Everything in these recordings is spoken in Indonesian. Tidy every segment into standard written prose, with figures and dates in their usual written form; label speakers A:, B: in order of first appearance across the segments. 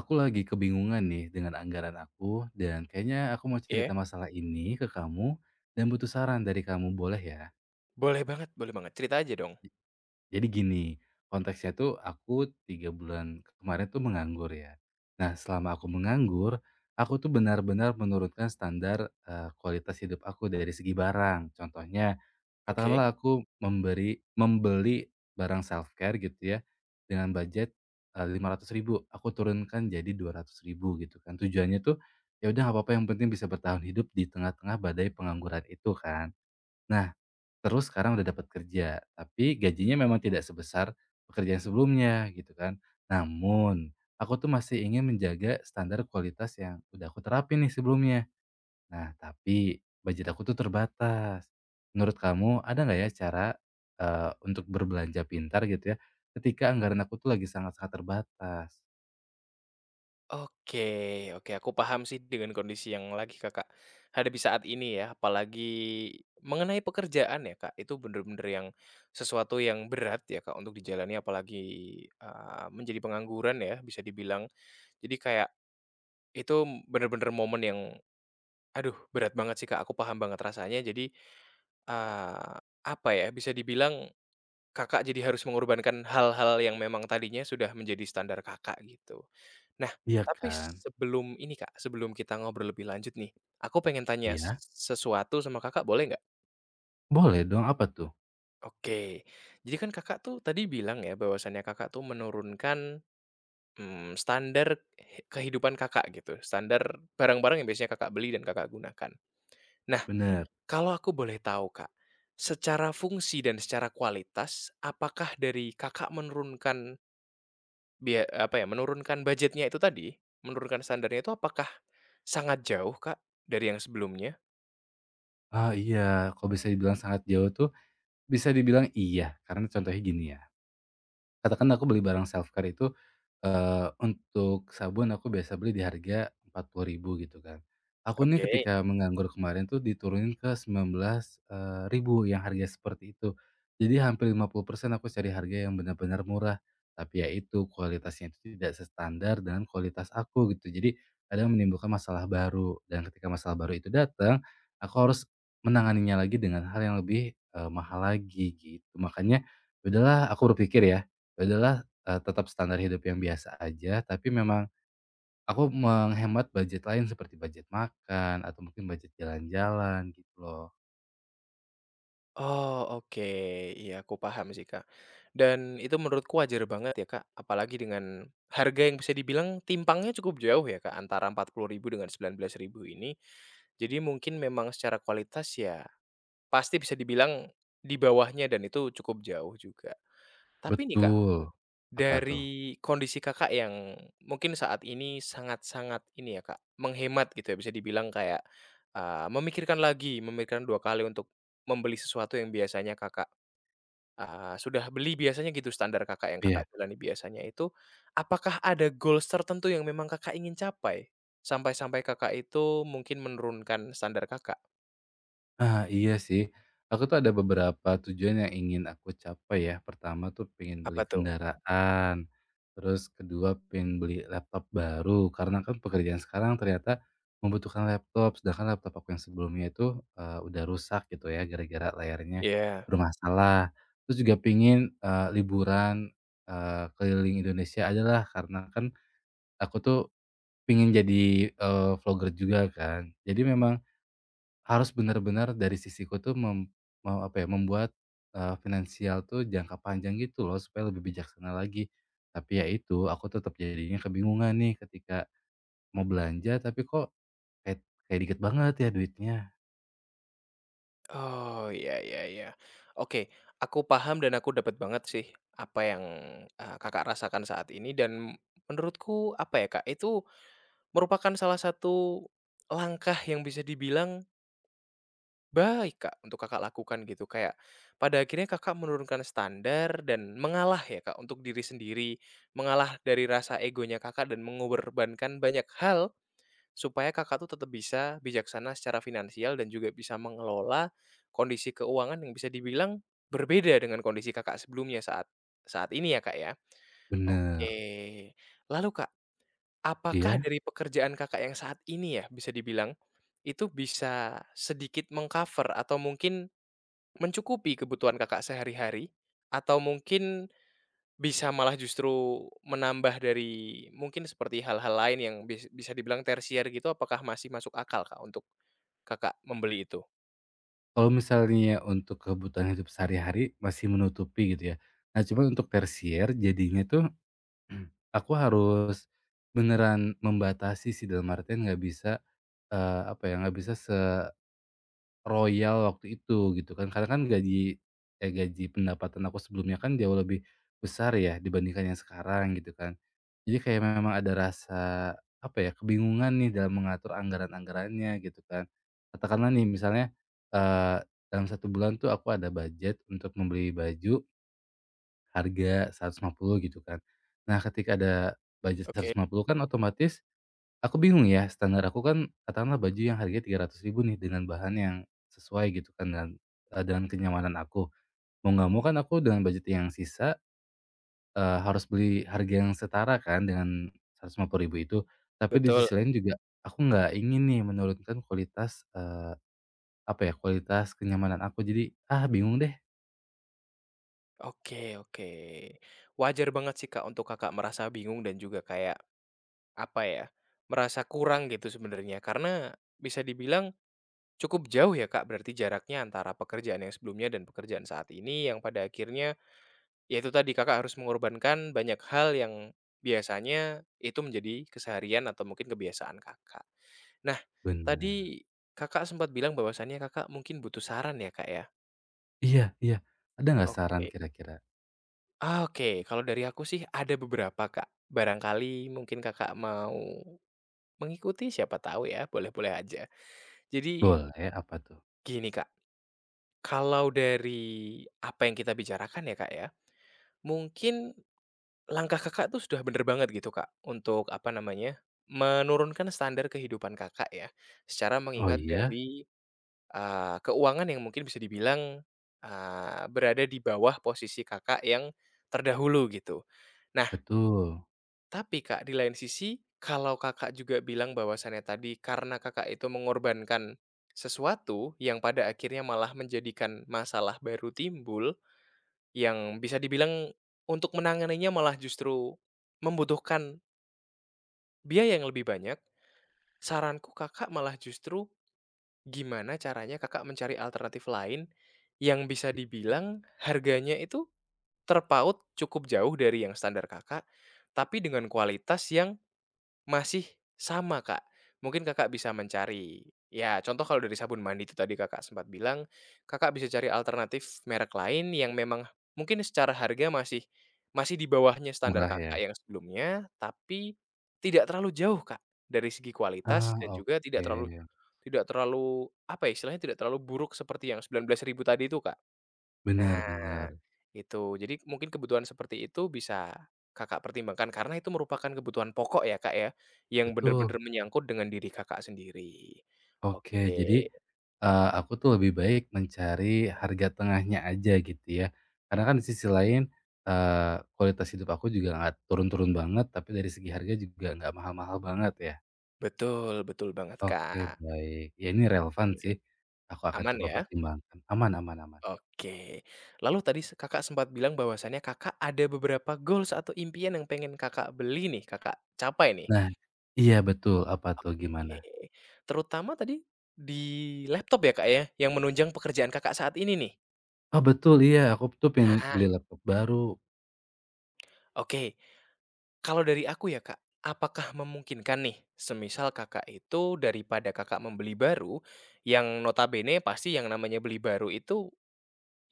A: Aku lagi kebingungan nih dengan anggaran aku, dan kayaknya aku mau
B: Iya,
A: cerita masalah ini ke kamu dan butuh saran dari kamu, boleh ya?
B: boleh banget, cerita aja dong.
A: Jadi gini, konteksnya tuh aku 3 bulan kemarin tuh menganggur ya. Nah, selama aku menganggur, aku tuh benar-benar menurunkan kualitas hidup aku dari segi barang. Contohnya,
B: Oke.
A: katakanlah aku membeli barang self-care gitu ya, dengan budget, 500.000, aku turunkan jadi 200.000 gitu kan. Tujuannya tuh, ya udah, nggak apa-apa, yang penting bisa bertahan hidup di tengah-tengah badai pengangguran itu kan. Nah, terus sekarang udah dapat kerja, tapi gajinya memang tidak sebesar pekerjaan sebelumnya gitu kan. Namun, aku tuh masih ingin menjaga standar kualitas yang udah aku terapin nih sebelumnya. Nah, tapi budget aku tuh terbatas. Menurut kamu ada nggak ya cara, untuk berbelanja pintar gitu ya, ketika anggaran aku tuh lagi sangat-sangat terbatas?
B: Oke oke, aku paham sih dengan kondisi yang lagi Kakak hadapi saat ini ya, apalagi mengenai pekerjaan ya Kak, itu bener-bener yang sesuatu yang berat ya Kak untuk dijalani apalagi, menjadi pengangguran ya bisa dibilang. Jadi kayak itu bener-bener momen yang, aduh berat banget sih Kak, aku paham banget rasanya. Jadi, eee, apa ya, bisa dibilang Kakak jadi harus mengorbankan hal-hal yang memang tadinya sudah menjadi standar Kakak gitu. Nah,
A: Iya
B: tapi
A: kan?
B: sebelum ini Kak, sebelum kita ngobrol lebih lanjut nih, aku pengen tanya
A: Iya?
B: sesuatu sama Kakak boleh nggak?
A: Boleh dong, apa tuh?
B: Oke. Jadi kan Kakak tuh tadi bilang ya bahwasannya Kakak tuh menurunkan, standar kehidupan Kakak gitu, standar barang-barang yang biasanya Kakak beli dan Kakak gunakan. Nah,
A: Bener.
B: kalau aku boleh tahu Kak, secara fungsi dan secara kualitas, apakah dari Kakak menurunkan apa ya, menurunkan budgetnya itu tadi, menurunkan standarnya itu apakah sangat jauh, Kak, dari yang sebelumnya?
A: Ah, iya, kalau bisa dibilang sangat jauh tuh, bisa dibilang iya, karena contohnya gini ya. Katakan aku beli barang self care itu, untuk sabun aku biasa beli di harga 40.000 gitu kan. Aku nih
B: Oke.
A: ketika menganggur kemarin tuh diturunin ke 19.000 yang harga seperti itu. Jadi hampir 50% aku cari harga yang benar-benar murah. Tapi ya itu, kualitasnya itu tidak standar dengan kualitas aku gitu. Jadi kadang menimbulkan masalah baru, dan ketika masalah baru itu datang, aku harus menanganinya lagi dengan hal yang lebih, mahal lagi gitu. Makanya ya udahlah, aku berpikir ya adalah, tetap standar hidup yang biasa aja, tapi memang aku menghemat budget lain seperti budget makan atau mungkin budget jalan-jalan gitu loh.
B: Oh, oke. Iya, aku paham sih, Kak. Dan itu menurutku wajar banget ya, Kak, apalagi dengan harga yang bisa dibilang timpangnya cukup jauh ya, Kak, antara 40 ribu dengan 19 ribu ini. Jadi mungkin memang secara kualitas ya pasti bisa dibilang di bawahnya dan itu cukup jauh juga. Tapi nih, Kak,
A: Betul. Apa tuh?
B: dari kondisi Kakak yang mungkin saat ini sangat-sangat ini ya Kak, menghemat gitu ya bisa dibilang kayak, memikirkan lagi, memikirkan 2 kali untuk membeli sesuatu yang biasanya Kakak, sudah beli biasanya gitu standar Kakak yang Kakak
A: Iya.
B: jalani biasanya itu, apakah ada goals tertentu yang memang Kakak ingin capai? Sampai-sampai Kakak itu mungkin menurunkan standar Kakak?
A: Ah, iya sih. Aku tuh ada beberapa tujuan yang ingin aku capai ya. Pertama tuh pengen
B: Apa
A: beli
B: tuh?
A: kendaraan. Terus kedua pengen beli laptop baru. Karena kan pekerjaan sekarang ternyata membutuhkan laptop. Sedangkan laptop aku yang sebelumnya itu udah rusak gitu ya. Gara-gara layarnya
B: Iya.
A: bermasalah. Terus juga pengen liburan keliling Indonesia adalah karena kan aku tuh pengen jadi vlogger juga kan. Jadi memang harus benar-benar dari sisiku tuh mau apa ya, membuat, finansial tuh jangka panjang gitu loh supaya lebih bijaksana lagi. Tapi ya itu, aku tetap jadinya kebingungan nih ketika mau belanja tapi kok kayak kayak dikit banget ya duitnya.
B: Oh, iya iya iya. Oke, aku paham dan aku dapat banget sih apa yang, Kakak rasakan saat ini dan menurutku apa ya, Kak, itu merupakan salah satu langkah yang bisa dibilang baik, Kak, untuk Kakak lakukan gitu. Kayak pada akhirnya Kakak menurunkan standar dan mengalah ya, Kak, untuk diri sendiri, mengalah dari rasa egonya Kakak dan mengorbankan banyak hal supaya Kakak tuh tetap bisa bijaksana secara finansial dan juga bisa mengelola kondisi keuangan yang bisa dibilang berbeda dengan kondisi Kakak sebelumnya saat saat ini ya, Kak, ya? Oke.
A: Bener,
B: Lalu, Kak, apakah
A: iya.
B: dari pekerjaan Kakak yang saat ini ya bisa dibilang, itu bisa sedikit mengcover atau mungkin mencukupi kebutuhan Kakak sehari-hari? Atau mungkin bisa malah justru menambah dari mungkin seperti hal-hal lain yang bisa dibilang tersier gitu, apakah masih masuk akal, Kak, untuk Kakak membeli itu?
A: Kalau misalnya untuk kebutuhan hidup sehari-hari masih menutupi gitu ya. Nah cuman untuk tersier jadinya tuh aku harus beneran membatasi sih, dalam artian nggak bisa, apa ya, nggak bisa royal waktu itu gitu kan, karena kan gaji kayak gaji pendapatan aku sebelumnya kan jauh lebih besar ya dibandingkan yang sekarang gitu kan. Jadi kayak memang ada rasa apa ya, kebingungan nih dalam mengatur anggaran-anggarannya gitu kan. Katakanlah nih misalnya, eee, dalam satu bulan tuh aku ada budget untuk membeli baju harga 150 gitu kan. Nah ketika ada budget
B: Oke,
A: 150 kan otomatis aku bingung ya, standar aku kan katakanlah baju yang harganya rp ribu nih dengan bahan yang sesuai gitu kan dan, dengan kenyamanan aku. Mau nggak mau kan aku dengan budget yang sisa, harus beli harga yang setara kan dengan rp ribu itu. Tapi di
B: betul.
A: sisi lain juga aku nggak ingin nih menurunkan kualitas, apa ya, kualitas kenyamanan aku. Jadi, ah, bingung deh.
B: Oke oke. Wajar banget sih, Kak, untuk Kakak merasa bingung dan juga kayak, apa ya, merasa kurang gitu sebenarnya. Karena bisa dibilang cukup jauh ya, Kak, berarti jaraknya antara pekerjaan yang sebelumnya dan pekerjaan saat ini yang pada akhirnya ya itu tadi, Kakak harus mengorbankan banyak hal yang biasanya itu menjadi keseharian atau mungkin kebiasaan Kakak. Nah,
A: Bener.
B: tadi Kakak sempat bilang bahwasannya Kakak mungkin butuh saran ya, Kak, ya?
A: Iya, iya. Ada nggak saran
B: Oke.
A: kira-kira?
B: Ah, oke, kalau dari aku sih ada beberapa, Kak. Barangkali mungkin Kakak mau mengikuti, siapa tahu ya, boleh-boleh aja. Jadi
A: Boleh, apa tuh?
B: gini, Kak, kalau dari apa yang kita bicarakan ya, Kak, ya, mungkin langkah Kakak tuh sudah bener banget gitu, Kak, untuk apa namanya, menurunkan standar kehidupan Kakak ya, secara
A: Oh
B: mengingat
A: iya?
B: dari, keuangan yang mungkin bisa dibilang, berada di bawah posisi Kakak yang terdahulu gitu. Nah,
A: Betul.
B: tapi Kak, di lain sisi, kalau Kakak juga bilang bahwasannya tadi karena Kakak itu mengorbankan sesuatu yang pada akhirnya malah menjadikan masalah baru timbul, yang bisa dibilang untuk menanganinya malah justru membutuhkan biaya yang lebih banyak, saranku Kakak malah justru gimana caranya Kakak mencari alternatif lain yang bisa dibilang harganya itu terpaut cukup jauh dari yang standar Kakak, tapi dengan kualitas yang masih sama, Kak. Mungkin Kakak bisa mencari ya contoh kalau dari sabun mandi itu tadi Kakak sempat bilang, Kakak bisa cari alternatif merek lain yang memang mungkin secara harga masih masih di bawahnya standar
A: Murah ya?
B: Kakak yang sebelumnya, tapi tidak terlalu jauh, Kak, dari segi kualitas
A: Ah,
B: dan juga tidak terlalu
A: oke.
B: tidak terlalu, apa ya, istilahnya tidak terlalu buruk seperti yang 19 ribu tadi itu, Kak.
A: Benar
B: Nah,
A: benar
B: itu. Jadi mungkin kebutuhan seperti itu bisa Kakak pertimbangkan karena itu merupakan kebutuhan pokok ya, Kak, ya, yang
A: betul.
B: benar-benar menyangkut dengan diri Kakak sendiri.
A: Oke,
B: Oke,
A: jadi, aku tuh lebih baik mencari harga tengahnya aja gitu ya. Karena kan di sisi lain, kualitas hidup aku juga nggak turun-turun banget, tapi dari segi harga juga nggak mahal-mahal banget ya.
B: betul betul banget,
A: Oke,
B: Kak.
A: baik. Ya ini relevan
B: Oke,
A: sih, aku akan
B: aman
A: coba
B: ya?
A: pertimbangkan. Aman, aman, aman.
B: Oke. Lalu tadi Kakak sempat bilang bahwasannya Kakak ada beberapa goals atau impian yang pengen Kakak beli nih, Kakak capai nih.
A: Nah iya betul, apa tuh, gimana?
B: Oke, terutama tadi di laptop ya, Kak, ya, yang menunjang pekerjaan Kakak saat ini nih?
A: Oh betul, iya aku tuh pengen
B: Nah,
A: beli laptop baru,
B: oke. Kalau dari aku ya, Kak, apakah memungkinkan nih, semisal Kakak itu daripada Kakak membeli baru, yang notabene pasti yang namanya beli baru itu,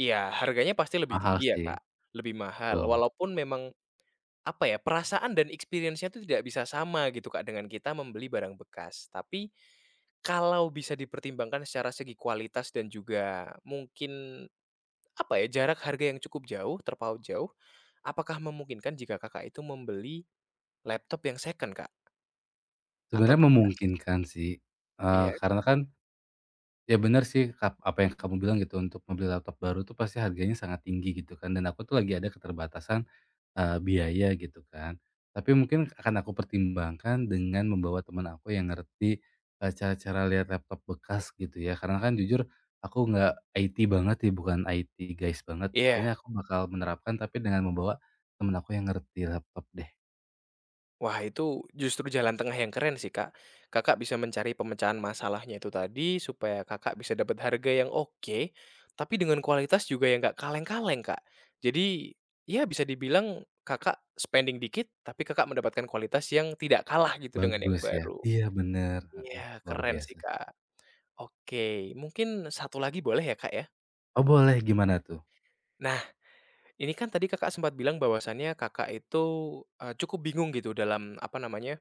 B: ya harganya pasti lebih
A: mahal
B: tinggi ya,
A: sih,
B: Kak, lebih mahal.
A: betul.
B: Walaupun memang, apa ya, perasaan dan experience-nya itu tidak bisa sama gitu, Kak, dengan kita membeli barang bekas. Tapi, kalau bisa dipertimbangkan secara segi kualitas dan juga mungkin, apa ya, jarak harga yang cukup jauh, terpaut jauh, apakah memungkinkan jika Kakak itu membeli laptop yang second, Kak? Atau
A: Sebenarnya
B: bekas.
A: memungkinkan sih,
B: Iya
A: karena kan ya benar sih, apa yang kamu bilang gitu. Untuk membeli laptop baru tuh pasti harganya sangat tinggi gitu kan, dan aku tuh lagi ada keterbatasan, biaya gitu kan. Tapi mungkin akan aku pertimbangkan dengan membawa teman aku yang ngerti, cara-cara lihat laptop bekas gitu ya, karena kan jujur aku nggak IT banget ya, bukan IT guys banget. Kayaknya
B: iya.
A: aku bakal menerapkan tapi dengan membawa teman aku yang ngerti laptop deh.
B: Wah, itu justru jalan tengah yang keren sih, Kak. Kakak bisa mencari pemecahan masalahnya itu tadi, supaya Kakak bisa dapat harga yang oke, tapi dengan kualitas juga yang nggak kaleng-kaleng, Kak. Jadi, ya bisa dibilang Kakak spending dikit, tapi Kakak mendapatkan kualitas yang tidak kalah gitu dengan yang
A: Bagus ya?
B: baru.
A: Iya bener, heeh,
B: Iya,
A: luar
B: keren sih,
A: biasa.
B: Kak. Oke, mungkin satu lagi boleh ya, Kak, ya?
A: Oh boleh, gimana tuh?
B: Nah, ini kan tadi Kakak sempat bilang bahwasannya Kakak itu, cukup bingung gitu dalam, apa namanya,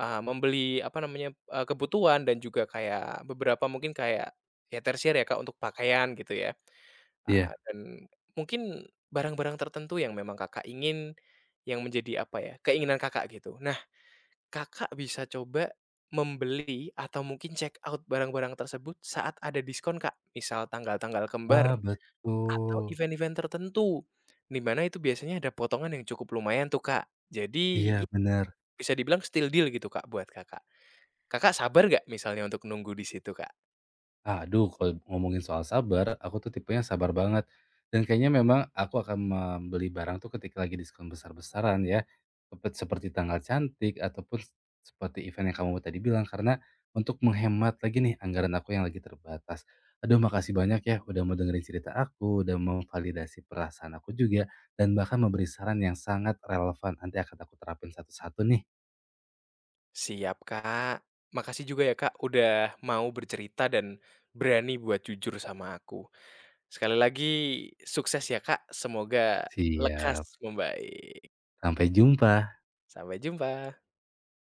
B: Membeli apa namanya, kebutuhan dan juga kayak beberapa mungkin kayak ya tersier ya, Kak, untuk pakaian gitu ya,
A: Iya.
B: dan mungkin barang-barang tertentu yang memang Kakak ingin yang menjadi apa ya, keinginan Kakak gitu. Nah, Kakak bisa coba membeli atau mungkin check out barang-barang tersebut saat ada diskon, Kak, misal tanggal-tanggal kembar
A: Ah
B: atau
A: betul.
B: event-event tertentu, di mana itu biasanya ada potongan yang cukup lumayan tuh, Kak. Jadi
A: Iya
B: ya
A: bener.
B: bisa dibilang still deal gitu, Kak, buat Kakak. Kakak sabar nggak misalnya untuk nunggu di situ, Kak?
A: Aduh, kalau ngomongin soal sabar, aku tuh tipenya sabar banget. Dan kayaknya memang aku akan membeli barang tuh ketika lagi diskon besar-besaran ya. Seperti tanggal cantik ataupun seperti event yang kamu tadi bilang, karena untuk menghemat lagi nih anggaran aku yang lagi terbatas. Aduh, makasih banyak ya udah mau dengerin cerita aku, udah memvalidasi perasaan aku juga dan bahkan memberi saran yang sangat relevan. Nanti akan aku terapin satu-satu nih.
B: Siap, Kak. Makasih juga ya, Kak, udah mau bercerita dan berani buat jujur sama aku. Sekali lagi sukses ya, Kak, semoga lekas
A: Siap.
B: membaik.
A: Sampai jumpa.
B: Sampai jumpa.